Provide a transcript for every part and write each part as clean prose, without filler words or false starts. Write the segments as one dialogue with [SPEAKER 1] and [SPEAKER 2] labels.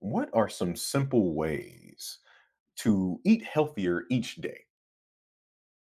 [SPEAKER 1] What are some simple ways to eat healthier each day?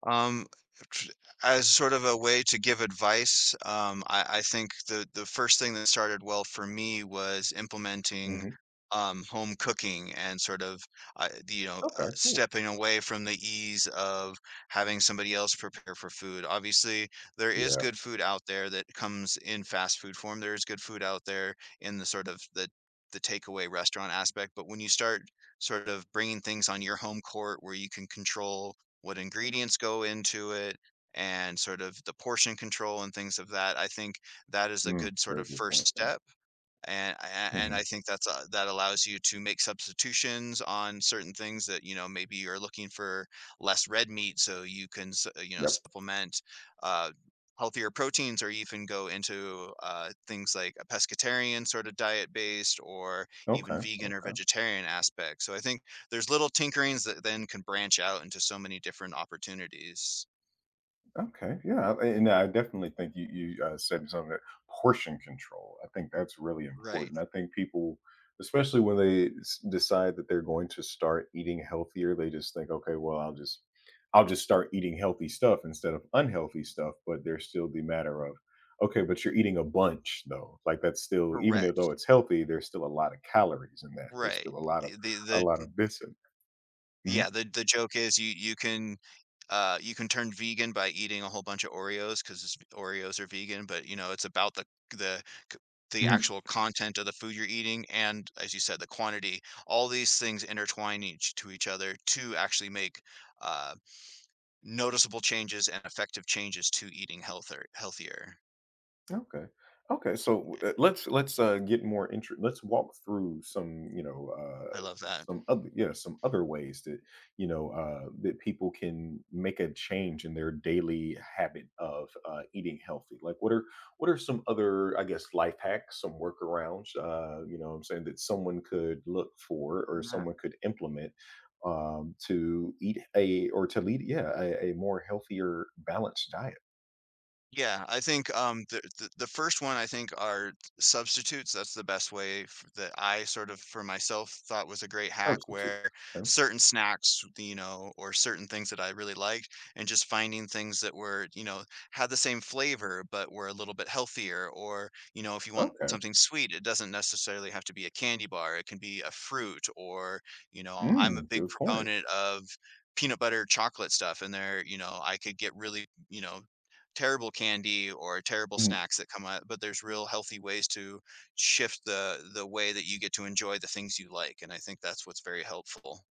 [SPEAKER 2] Um, tr- as sort of a way to give advice, I think the first thing that started well for me was implementing
[SPEAKER 1] hmm
[SPEAKER 2] home cooking and sort of
[SPEAKER 1] Okay, cool.
[SPEAKER 2] stepping away from the ease of having somebody else prepare for food. Obviously, there is
[SPEAKER 1] Yeah.
[SPEAKER 2] good food out there that comes in fast food form. There is good food out there in the sort of the takeaway restaurant aspect, but when you start sort of bringing things on your home court where you can control what ingredients go into it and sort of the portion control and things of that. I think that is a
[SPEAKER 1] Mm,
[SPEAKER 2] good sort
[SPEAKER 1] very
[SPEAKER 2] of
[SPEAKER 1] good point.
[SPEAKER 2] first
[SPEAKER 1] Yeah.
[SPEAKER 2] step and a- and
[SPEAKER 1] hmm
[SPEAKER 2] I think that's that allows you to make substitutions on certain things that you know maybe you're looking for less red meat, so you can you know
[SPEAKER 1] Yep.
[SPEAKER 2] supplement uh, healthier proteins, or even go into things like a pescatarian sort of diet based, or even
[SPEAKER 1] Okay.
[SPEAKER 2] vegan or
[SPEAKER 1] Okay.
[SPEAKER 2] vegetarian aspect. So I think there's little tinkerings that then can branch out into so many different opportunities.
[SPEAKER 1] Okay, yeah, and I definitely think you said something that, portion control. I think that's really
[SPEAKER 2] Right.
[SPEAKER 1] important. I think people, especially when they decide that they're going to start eating healthier, they just think, okay, well, I'll just start eating healthy stuff instead of unhealthy stuff. But there's still the matter of, okay, but you're eating a bunch though. Like that's still, even though
[SPEAKER 2] Correct.
[SPEAKER 1] it's healthy, there's still a lot of calories in that. There's still
[SPEAKER 2] Right.
[SPEAKER 1] a lot of a lot
[SPEAKER 2] The
[SPEAKER 1] of this. And, mhm.
[SPEAKER 2] Yeah, the joke is you can you can turn vegan by eating a whole bunch of Oreos because Oreos are vegan, but you know it's about the c- the actual content of the food you're eating, and as you said, the quantity. All these things intertwine each to each other to actually make uh, noticeable changes and effective changes to eating healthier. Healthier.
[SPEAKER 1] Okay. Okay. So let's get more intro. Let's walk through some, you know,
[SPEAKER 2] I love that.
[SPEAKER 1] some other, yeah, some other ways that, you know, that people can make a change in their daily habit of, eating healthy. Like, what are some other, I guess, life hacks, some workarounds? You know, what I'm saying, that someone could look for or
[SPEAKER 2] Yeah.
[SPEAKER 1] someone could implement, to eat a, or to lead, yeah, a more healthier, balanced diet.
[SPEAKER 2] Yeah, I think the first one I think are substitutes. That's the best way that I sort of for myself thought was a great hack,
[SPEAKER 1] Substitute.
[SPEAKER 2] where
[SPEAKER 1] Okay.
[SPEAKER 2] certain snacks, you know, or certain things that I really liked, and just finding things that were, you know, had the same flavor but were a little bit healthier. Or you know, if you want
[SPEAKER 1] Okay.
[SPEAKER 2] something sweet, it doesn't necessarily have to be a candy bar. It can be a fruit, or you know, I'm a
[SPEAKER 1] Mm,
[SPEAKER 2] big
[SPEAKER 1] good point.
[SPEAKER 2] proponent of peanut butter chocolate stuff in there you know I could get really you know terrible candy or terrible
[SPEAKER 1] Mm,
[SPEAKER 2] snacks that come out, but there's real healthy ways to shift the way that you get to enjoy the things you like, and I think that's what's very helpful.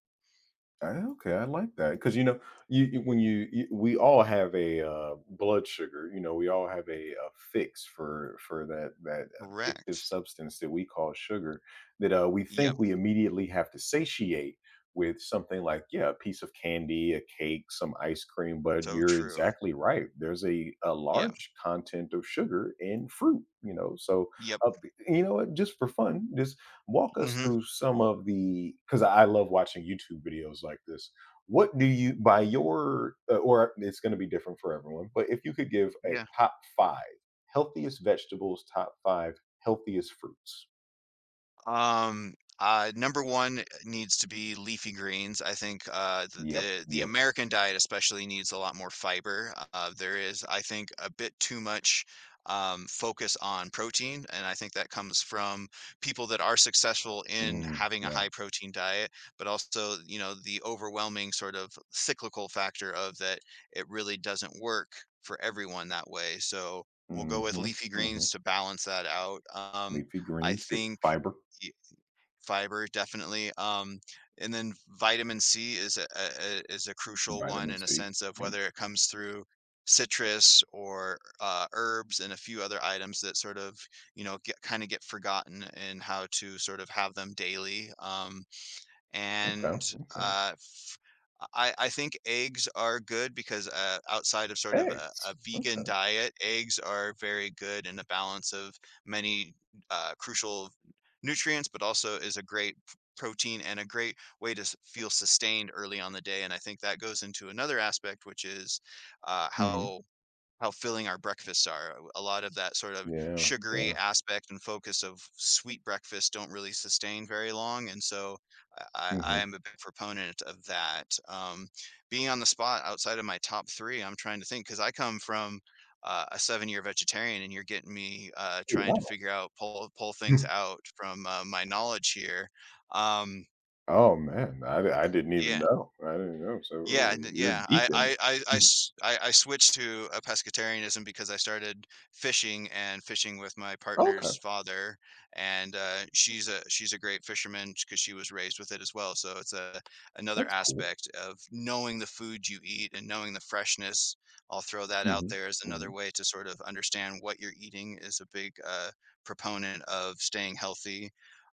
[SPEAKER 1] uh, okay, I like that, because you know, when you, we all have a, blood sugar. You know, we all have a fix for that addictive
[SPEAKER 2] Correct.
[SPEAKER 1] substance that we call sugar. That, we
[SPEAKER 2] Yep.
[SPEAKER 1] think we immediately have to satiate with something like, yeah, a piece of candy, a cake, some ice cream. But
[SPEAKER 2] So
[SPEAKER 1] you're
[SPEAKER 2] true.
[SPEAKER 1] exactly right. There's a
[SPEAKER 2] Yeah.
[SPEAKER 1] large content of sugar in fruit. You know, so,
[SPEAKER 2] Yep.
[SPEAKER 1] uh, you know what? Just for fun, just walk us
[SPEAKER 2] Mhm.
[SPEAKER 1] through some of the, because I love watching YouTube videos like this. What do you, by your, or it's going to be different for everyone, but if you could give a
[SPEAKER 2] Yeah.
[SPEAKER 1] top five healthiest vegetables, top five healthiest fruits.
[SPEAKER 2] Number one needs to be leafy greens. I think uh, the,
[SPEAKER 1] Yep,
[SPEAKER 2] the the
[SPEAKER 1] yep.
[SPEAKER 2] American diet especially needs a lot more fiber. There is, I think, a bit too much focus on protein, and I think that comes from people that are successful in
[SPEAKER 1] Mm,
[SPEAKER 2] having a
[SPEAKER 1] yeah.
[SPEAKER 2] high protein diet, but also, you know, the overwhelming sort of cyclical factor of that it really doesn't work for everyone that way. So we'll go with
[SPEAKER 1] Mm-hmm.
[SPEAKER 2] leafy
[SPEAKER 1] Mm-hmm.
[SPEAKER 2] greens to balance that out.
[SPEAKER 1] Leafy
[SPEAKER 2] I
[SPEAKER 1] greens get
[SPEAKER 2] think
[SPEAKER 1] fiber,
[SPEAKER 2] fiber, definitely. And then vitamin C is a is a crucial one
[SPEAKER 1] vitamin
[SPEAKER 2] in a
[SPEAKER 1] C.
[SPEAKER 2] sense of
[SPEAKER 1] Yep.
[SPEAKER 2] whether it comes through citrus or, herbs and a few other items that sort of, you know, get kinda get forgotten in how to sort of have them daily.
[SPEAKER 1] Okay.
[SPEAKER 2] And,
[SPEAKER 1] Okay.
[SPEAKER 2] uh I think eggs are good because, outside of sort of a
[SPEAKER 1] Eggs.
[SPEAKER 2] vegan
[SPEAKER 1] Okay.
[SPEAKER 2] diet, eggs are very good in a balance of many, crucial nutrients, but also is a great p protein and a great way to s feel sustained early on the day, and I think that goes into another aspect, which is, uh,
[SPEAKER 1] hmm
[SPEAKER 2] how how filling our breakfasts are. A lot of that sort of
[SPEAKER 1] Yeah. Yeah.
[SPEAKER 2] sugary aspect and focus of sweet breakfast don't really sustain very long. And so I
[SPEAKER 1] hmm
[SPEAKER 2] am a big proponent of that. Being on the spot outside of my top three, I'm trying to think because I come from a 7 year vegetarian and you're getting me trying to
[SPEAKER 1] Wow.
[SPEAKER 2] figure out, pull things out from my knowledge here. Um,
[SPEAKER 1] Oh, man. I didn't even
[SPEAKER 2] yeah.
[SPEAKER 1] know. I didn't know. So
[SPEAKER 2] Yeah,
[SPEAKER 1] oh,
[SPEAKER 2] n
[SPEAKER 1] you're
[SPEAKER 2] yeah,
[SPEAKER 1] deep in it.
[SPEAKER 2] I
[SPEAKER 1] Mm.
[SPEAKER 2] s I switched to a pescatarianism because I started fishing with my
[SPEAKER 1] Okay.
[SPEAKER 2] partner's father, and, uh, she's a great fisherman because she was raised with it as well, so it's a another
[SPEAKER 1] That's cool.
[SPEAKER 2] aspect of knowing the food you eat and knowing the freshness. I'll throw that out
[SPEAKER 1] Mhm.
[SPEAKER 2] there as another
[SPEAKER 1] Mhm.
[SPEAKER 2] way to sort of understand what you're eating is a big, proponent of staying healthy.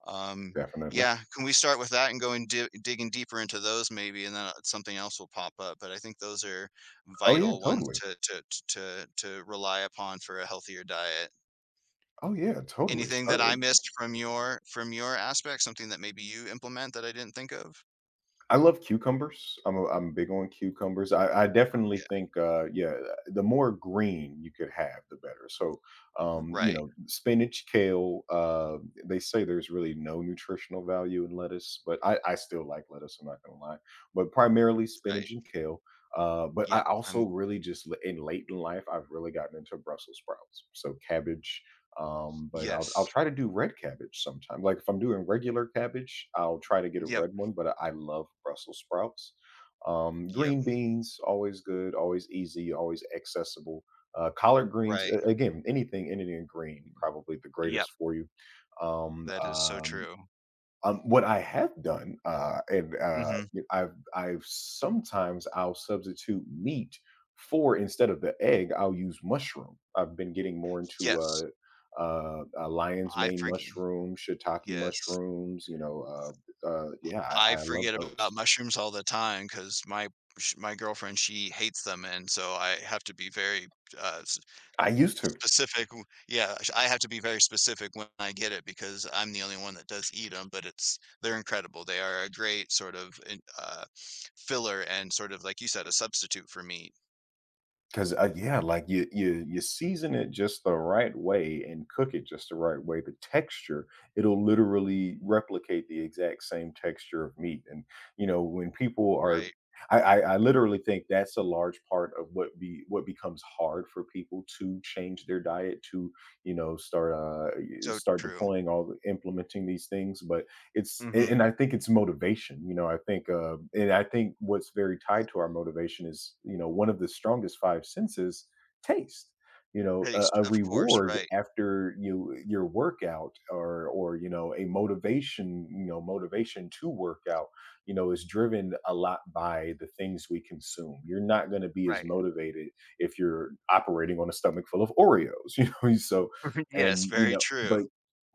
[SPEAKER 2] um
[SPEAKER 1] Definitely.
[SPEAKER 2] yeah, can we start with that and go and di digging deeper into those maybe, and then, something else will pop up, but I think those are
[SPEAKER 1] Oh, yeah.
[SPEAKER 2] vital ones
[SPEAKER 1] Totally.
[SPEAKER 2] to rely upon for a healthier diet.
[SPEAKER 1] Oh, yeah. Totally.
[SPEAKER 2] Anything that I
[SPEAKER 1] Start,
[SPEAKER 2] missed from your aspect, something that maybe you implement that I didn't think of?
[SPEAKER 1] I love cucumbers. I'm big on cucumbers. I
[SPEAKER 2] Oh,
[SPEAKER 1] definitely
[SPEAKER 2] yeah.
[SPEAKER 1] think, yeah, the more green you could have, the better. So, you
[SPEAKER 2] Right,
[SPEAKER 1] know, spinach, kale. They say there's really no nutritional value in lettuce, but I still like lettuce. I'm not gonna lie, but primarily spinach
[SPEAKER 2] right.
[SPEAKER 1] and kale. But I
[SPEAKER 2] Yep,
[SPEAKER 1] also
[SPEAKER 2] I'm
[SPEAKER 1] really just in late in life, I've really gotten into Brussels sprouts. So cabbage, but I'll
[SPEAKER 2] yes.
[SPEAKER 1] try to do red cabbage sometime. Like if I'm doing regular cabbage, I'll try to get a
[SPEAKER 2] Yep,
[SPEAKER 1] red one, but I love Brussels sprouts.
[SPEAKER 2] yep,
[SPEAKER 1] Green beans, always good, always easy, always accessible. Collard greens,
[SPEAKER 2] right.
[SPEAKER 1] again, anything, anything green, probably the
[SPEAKER 2] Yep,
[SPEAKER 1] greatest for you. Um,
[SPEAKER 2] that is so
[SPEAKER 1] um,
[SPEAKER 2] true.
[SPEAKER 1] what I have done, and
[SPEAKER 2] Mhm.
[SPEAKER 1] I've sometimes I'll substitute meat, for instead of the egg, I'll use mushroom. I've been getting more into,
[SPEAKER 2] Yes,
[SPEAKER 1] lion's
[SPEAKER 2] I
[SPEAKER 1] mane
[SPEAKER 2] forgi
[SPEAKER 1] mushroom, shiitake
[SPEAKER 2] yes,
[SPEAKER 1] mushrooms. You know, yeah,
[SPEAKER 2] I
[SPEAKER 1] I love
[SPEAKER 2] forget about
[SPEAKER 1] those.
[SPEAKER 2] mushrooms all the time because my girlfriend, she hates them, and so I have to be very, s
[SPEAKER 1] I used to.
[SPEAKER 2] specific w yeah, sh I have to be very specific when I get it because I'm the only one that does eat them. But it's they're incredible. They are a great sort of in filler and sort of, like you said, a substitute for meat.
[SPEAKER 1] Because yeah, like you season it just the right way and cook it just the right way. The texture, it'll literally replicate the exact same texture of meat. And you know, when people are,
[SPEAKER 2] Right.
[SPEAKER 1] I literally think that's a large part of what be what becomes hard for people to change their diet to, you know, start
[SPEAKER 2] So
[SPEAKER 1] start
[SPEAKER 2] true.
[SPEAKER 1] deploying all the, implementing these things. But it's
[SPEAKER 2] Mhm.
[SPEAKER 1] and I think it's motivation. You know, I think and I think what's very tied to our motivation is, you know, one of the strongest five senses, taste. You know,
[SPEAKER 2] Taste,
[SPEAKER 1] a
[SPEAKER 2] of course,
[SPEAKER 1] reward
[SPEAKER 2] right,
[SPEAKER 1] after your workout, or you know a motivation, you know, motivation to work out, you know, is driven a lot by the things we consume. You're not going to be as
[SPEAKER 2] right.
[SPEAKER 1] motivated if you're operating on a stomach full of Oreos. You know, so,
[SPEAKER 2] Yes,
[SPEAKER 1] and you
[SPEAKER 2] very
[SPEAKER 1] know,
[SPEAKER 2] true.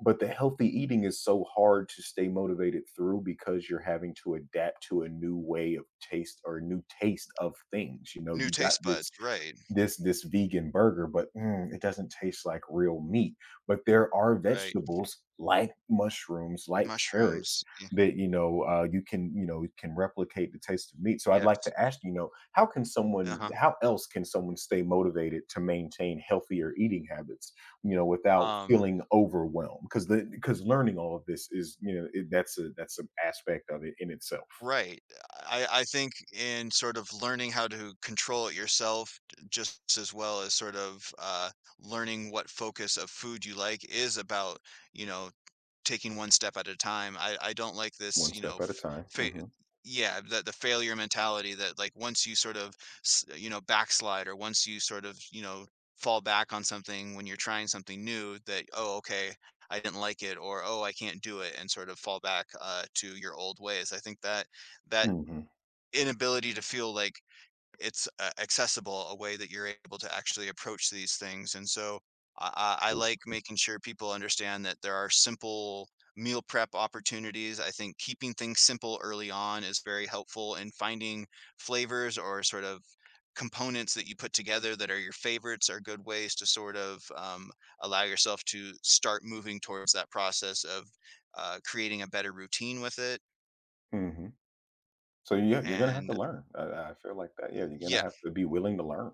[SPEAKER 1] but the healthy eating is so hard to stay motivated through, because you're having to adapt to a new way of taste, or a new taste of things. You know,
[SPEAKER 2] New
[SPEAKER 1] you got
[SPEAKER 2] taste
[SPEAKER 1] this
[SPEAKER 2] buds, right,
[SPEAKER 1] this this vegan burger, but mm, it doesn't taste like real meat. But there are
[SPEAKER 2] right.
[SPEAKER 1] vegetables like mushrooms, like carrots
[SPEAKER 2] Mushrooms, y
[SPEAKER 1] that, you know, you can, you know, can replicate the taste of meat. So I'd like
[SPEAKER 2] Yes.
[SPEAKER 1] to ask, you know, how can someone,
[SPEAKER 2] Uh-huh.
[SPEAKER 1] how else can someone stay motivated to maintain healthier eating habits, you know, without
[SPEAKER 2] Um,
[SPEAKER 1] feeling overwhelmed, because the, because learning all of this is, you know, it, that's a, that's an aspect of it in itself.
[SPEAKER 2] right. I think in sort of learning how to control it yourself, just as well as sort of learning what focus of food you like is about, you know, taking one step at a time. I don't like this,
[SPEAKER 1] One
[SPEAKER 2] you know,
[SPEAKER 1] step at a
[SPEAKER 2] f
[SPEAKER 1] time.
[SPEAKER 2] fa yeah, the failure mentality that like once you sort of, s you know, backslide or once you sort of, you know, fall back on something when you're trying something new that, "Oh, okay, I didn't like it," or, "Oh, I can't do it," and sort of fall back, to your old ways. I think that
[SPEAKER 1] Hmm
[SPEAKER 2] inability to feel like it's accessible a way that you're able to actually approach these things. And so I
[SPEAKER 1] True.
[SPEAKER 2] like making sure people understand that there are simple meal prep opportunities. I think keeping things simple early on is very helpful and finding flavors or sort of components that you put together that are your favorites are good ways to sort of allow yourself to start moving towards that process of creating a better routine with it
[SPEAKER 1] hmm So yeah, you're gonna have to
[SPEAKER 2] and
[SPEAKER 1] learn. I feel like that. Yeah, you're gonna
[SPEAKER 2] yeah.
[SPEAKER 1] have to be willing to learn.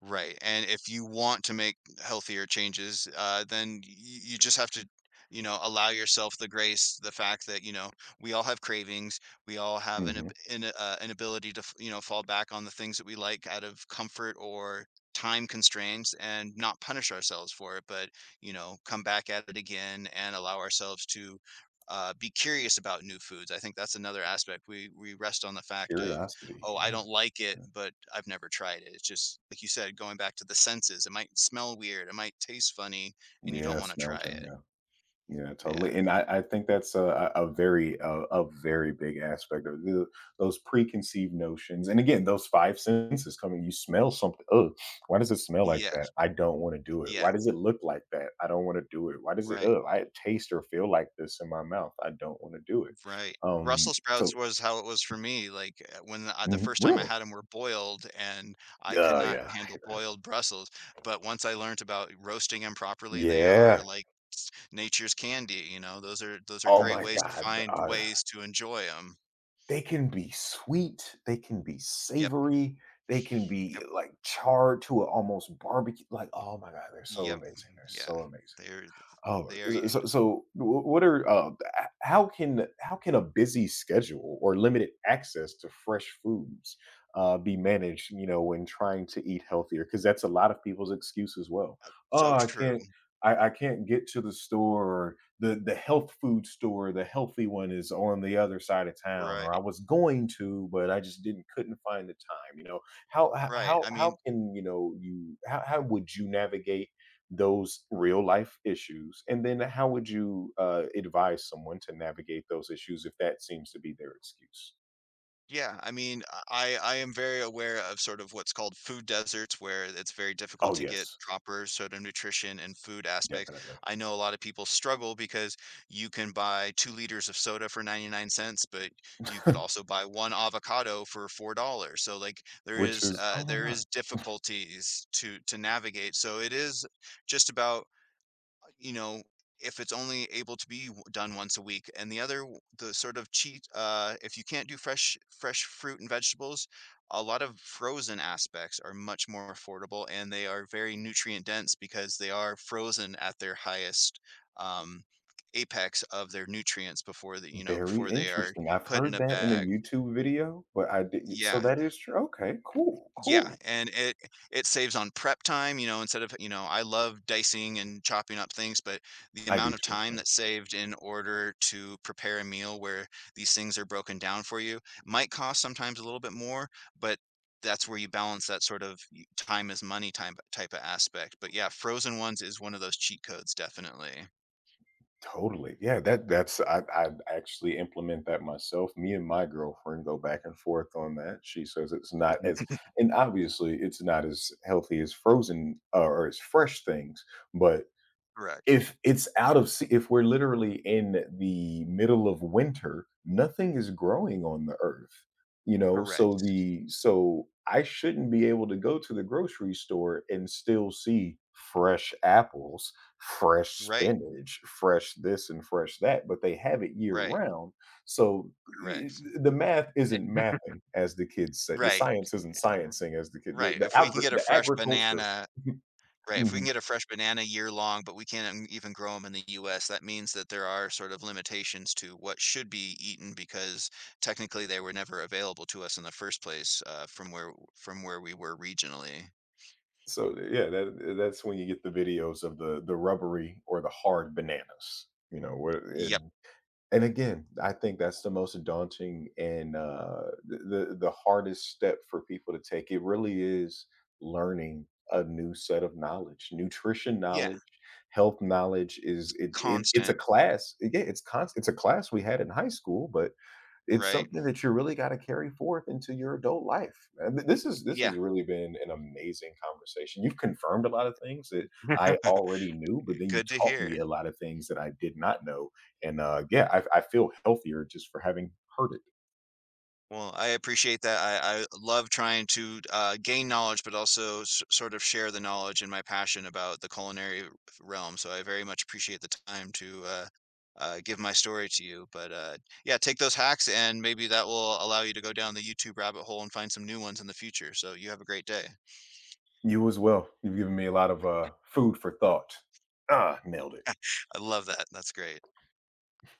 [SPEAKER 2] Right, and if you want to make healthier changes, then y you just have to, you know, allow yourself the grace, the fact that, you know, we all have cravings, we all have
[SPEAKER 1] Mhm.
[SPEAKER 2] an ability to, f you know, fall back on the things that we like out of comfort or time constraints and not punish ourselves for it, but, you know, come back at it again and allow ourselves to, be curious about new foods. I think that's another aspect. We rest on the fact of
[SPEAKER 1] Curiosity,
[SPEAKER 2] "Oh, I
[SPEAKER 1] yeah.
[SPEAKER 2] don't like it," but I've never tried it. It's just, like you said, going back to the senses, it might smell weird, it might taste funny, and you don't
[SPEAKER 1] Yeah,
[SPEAKER 2] wanna try
[SPEAKER 1] smelter,
[SPEAKER 2] it.
[SPEAKER 1] yeah. Yeah,
[SPEAKER 2] Yeah.
[SPEAKER 1] totally, and I think that's a very, a very big aspect of the, those preconceived notions, and again, those 5 senses coming, you smell something, oh, why does it smell like that?
[SPEAKER 2] Yes.
[SPEAKER 1] I don't wanna do it.
[SPEAKER 2] Yeah.
[SPEAKER 1] Why does it look like that? I don't wanna do it. Why does it,
[SPEAKER 2] Right.
[SPEAKER 1] oh, I taste or feel like this in my mouth. I don't wanna do it.
[SPEAKER 2] Right.
[SPEAKER 1] Um,
[SPEAKER 2] Brussels
[SPEAKER 1] so
[SPEAKER 2] sprouts was how it was for me, like, when I the
[SPEAKER 1] Mhm,
[SPEAKER 2] first time I
[SPEAKER 1] really?
[SPEAKER 2] had them were boiled, and I could
[SPEAKER 1] Oh,
[SPEAKER 2] not
[SPEAKER 1] yeah, I
[SPEAKER 2] handle
[SPEAKER 1] hate that.
[SPEAKER 2] boiled Brussels, but once I learned about roasting them properly, they are
[SPEAKER 1] Yeah.
[SPEAKER 2] like s nature's candy, you know? Those are
[SPEAKER 1] Oh
[SPEAKER 2] great
[SPEAKER 1] my
[SPEAKER 2] ways to
[SPEAKER 1] god,
[SPEAKER 2] find ways to enjoy 'em.
[SPEAKER 1] they can be sweet, they can be
[SPEAKER 2] Yep.
[SPEAKER 1] savory, they can be, like, charred to a almost barbecue like, oh my god, they're so
[SPEAKER 2] Yep,
[SPEAKER 1] amazing,
[SPEAKER 2] mm-hmm,
[SPEAKER 1] they're
[SPEAKER 2] yeah,
[SPEAKER 1] so amazing.
[SPEAKER 2] they're
[SPEAKER 1] Oh,
[SPEAKER 2] they are
[SPEAKER 1] so
[SPEAKER 2] usu
[SPEAKER 1] so so what are, how can a busy schedule or limited access to fresh foods, be managed, you know, when trying to eat healthier, because that's a lot of people's excuse as well. "Oh,
[SPEAKER 2] so
[SPEAKER 1] I
[SPEAKER 2] true,
[SPEAKER 1] can't, I can't get to the store," or The health food store, the healthy one is on the other side of town," or "I
[SPEAKER 2] right,
[SPEAKER 1] was going to, but I just didn't couldn't find the time," you know? How h
[SPEAKER 2] right, I
[SPEAKER 1] how
[SPEAKER 2] mean
[SPEAKER 1] can, you know, you, how would you navigate those real life issues? And then how would you advise someone to navigate those issues if that seems to be their excuse?
[SPEAKER 2] yeah, I mean, I am very aware of sort of what's called food deserts, where it's very difficult
[SPEAKER 1] Oh,
[SPEAKER 2] to get
[SPEAKER 1] yes,
[SPEAKER 2] proper sort of nutrition and food aspects.
[SPEAKER 1] definitely.
[SPEAKER 2] I know a lot of people struggle because you can buy 2 liters of soda for 99¢, but you could also buy 1 avocado for $4. So, like, there
[SPEAKER 1] Which
[SPEAKER 2] is,
[SPEAKER 1] is,
[SPEAKER 2] uh,
[SPEAKER 1] oh my
[SPEAKER 2] there
[SPEAKER 1] God,
[SPEAKER 2] is difficulties to navigate, so it is just about you know, if it's only able to be done once a week. And the other, the sort of cheat, if you can't do fresh fruit and vegetables, a lot of frozen aspects are much more affordable and they are very nutrient dense because they are frozen at their highest um, apex of their nutrients before the, you know,
[SPEAKER 1] very
[SPEAKER 2] before they are
[SPEAKER 1] interesting. I've
[SPEAKER 2] put in
[SPEAKER 1] heard
[SPEAKER 2] a
[SPEAKER 1] that in a
[SPEAKER 2] bag.
[SPEAKER 1] YouTube video, but I did. So
[SPEAKER 2] Yeah,
[SPEAKER 1] that is true. Okay, cool,
[SPEAKER 2] yeah,
[SPEAKER 1] cool.
[SPEAKER 2] and It saves on prep time, you know, instead of, you know, I love dicing and chopping up things, but the
[SPEAKER 1] I do
[SPEAKER 2] amount of
[SPEAKER 1] too. Yeah.
[SPEAKER 2] time that's saved in order to prepare a meal where these things are broken down for you might cost sometimes a little bit more, but that's where you balance that sort of time is money time type of aspect. But yeah, frozen ones is one of those cheat codes, definitely.
[SPEAKER 1] Totally. Yeah, that that's, I actually implement that myself. Me and my girlfriend go back and forth on that. She says it's not as, and obviously it's not as healthy as frozen, or as fresh things, but
[SPEAKER 2] Correct.
[SPEAKER 1] if it's out of se if we're literally in the middle of winter, nothing is growing on the earth, you know, so
[SPEAKER 2] Correct.
[SPEAKER 1] the, so I shouldn't be able to go to the grocery store and still see fresh apples, fresh
[SPEAKER 2] Right.
[SPEAKER 1] spinach, fresh this and fresh that, but they have it year
[SPEAKER 2] Right.
[SPEAKER 1] round. So, eh,
[SPEAKER 2] Correct.
[SPEAKER 1] the math isn't mathing, as the kids say. The
[SPEAKER 2] Right,
[SPEAKER 1] science isn't sciencing, as the kid
[SPEAKER 2] right.
[SPEAKER 1] the
[SPEAKER 2] If we can
[SPEAKER 1] agri
[SPEAKER 2] get a
[SPEAKER 1] the
[SPEAKER 2] fresh
[SPEAKER 1] agriculture.
[SPEAKER 2] banana Right, if we
[SPEAKER 1] Mhm.
[SPEAKER 2] can get a fresh banana year long, but we can't even grow them in the US, that means that there are sort of limitations to what should be eaten because technically they were never available to us in the first place, uh, from where we were regionally.
[SPEAKER 1] So, yeah, that that's when you get the videos of the rubbery or the hard bananas, you know, where,
[SPEAKER 2] Yep.
[SPEAKER 1] and again, I think that's the most daunting and the, the hardest step for people to take. It really is learning a new set of knowledge. Nutrition
[SPEAKER 2] Yeah,
[SPEAKER 1] knowledge, health knowledge is it, it it's a
[SPEAKER 2] constant,
[SPEAKER 1] class. Yeah, it's constant, it's a class we had in high school, but it's
[SPEAKER 2] right.
[SPEAKER 1] something that you really gotta carry forth into your adult life, man. Th This is, this
[SPEAKER 2] Yeah,
[SPEAKER 1] has really been an amazing conversation. You've confirmed a lot of things that I already knew, but then you
[SPEAKER 2] good to
[SPEAKER 1] taught me
[SPEAKER 2] hear.
[SPEAKER 1] a lot of things that I did not know, and, yeah, I feel healthier just for having heard it.
[SPEAKER 2] Well, I appreciate that. I love trying to gain knowledge, but also sort of share the knowledge and my passion about the culinary realm. So I very much appreciate the time to give my story to you. But yeah, take those hacks, and maybe that will allow you to go down the YouTube rabbit hole and find some new ones in the future. So you have a great day.
[SPEAKER 1] You as well. You've given me a lot of, food for thought. Ah, nailed it.
[SPEAKER 2] I love that. That's great.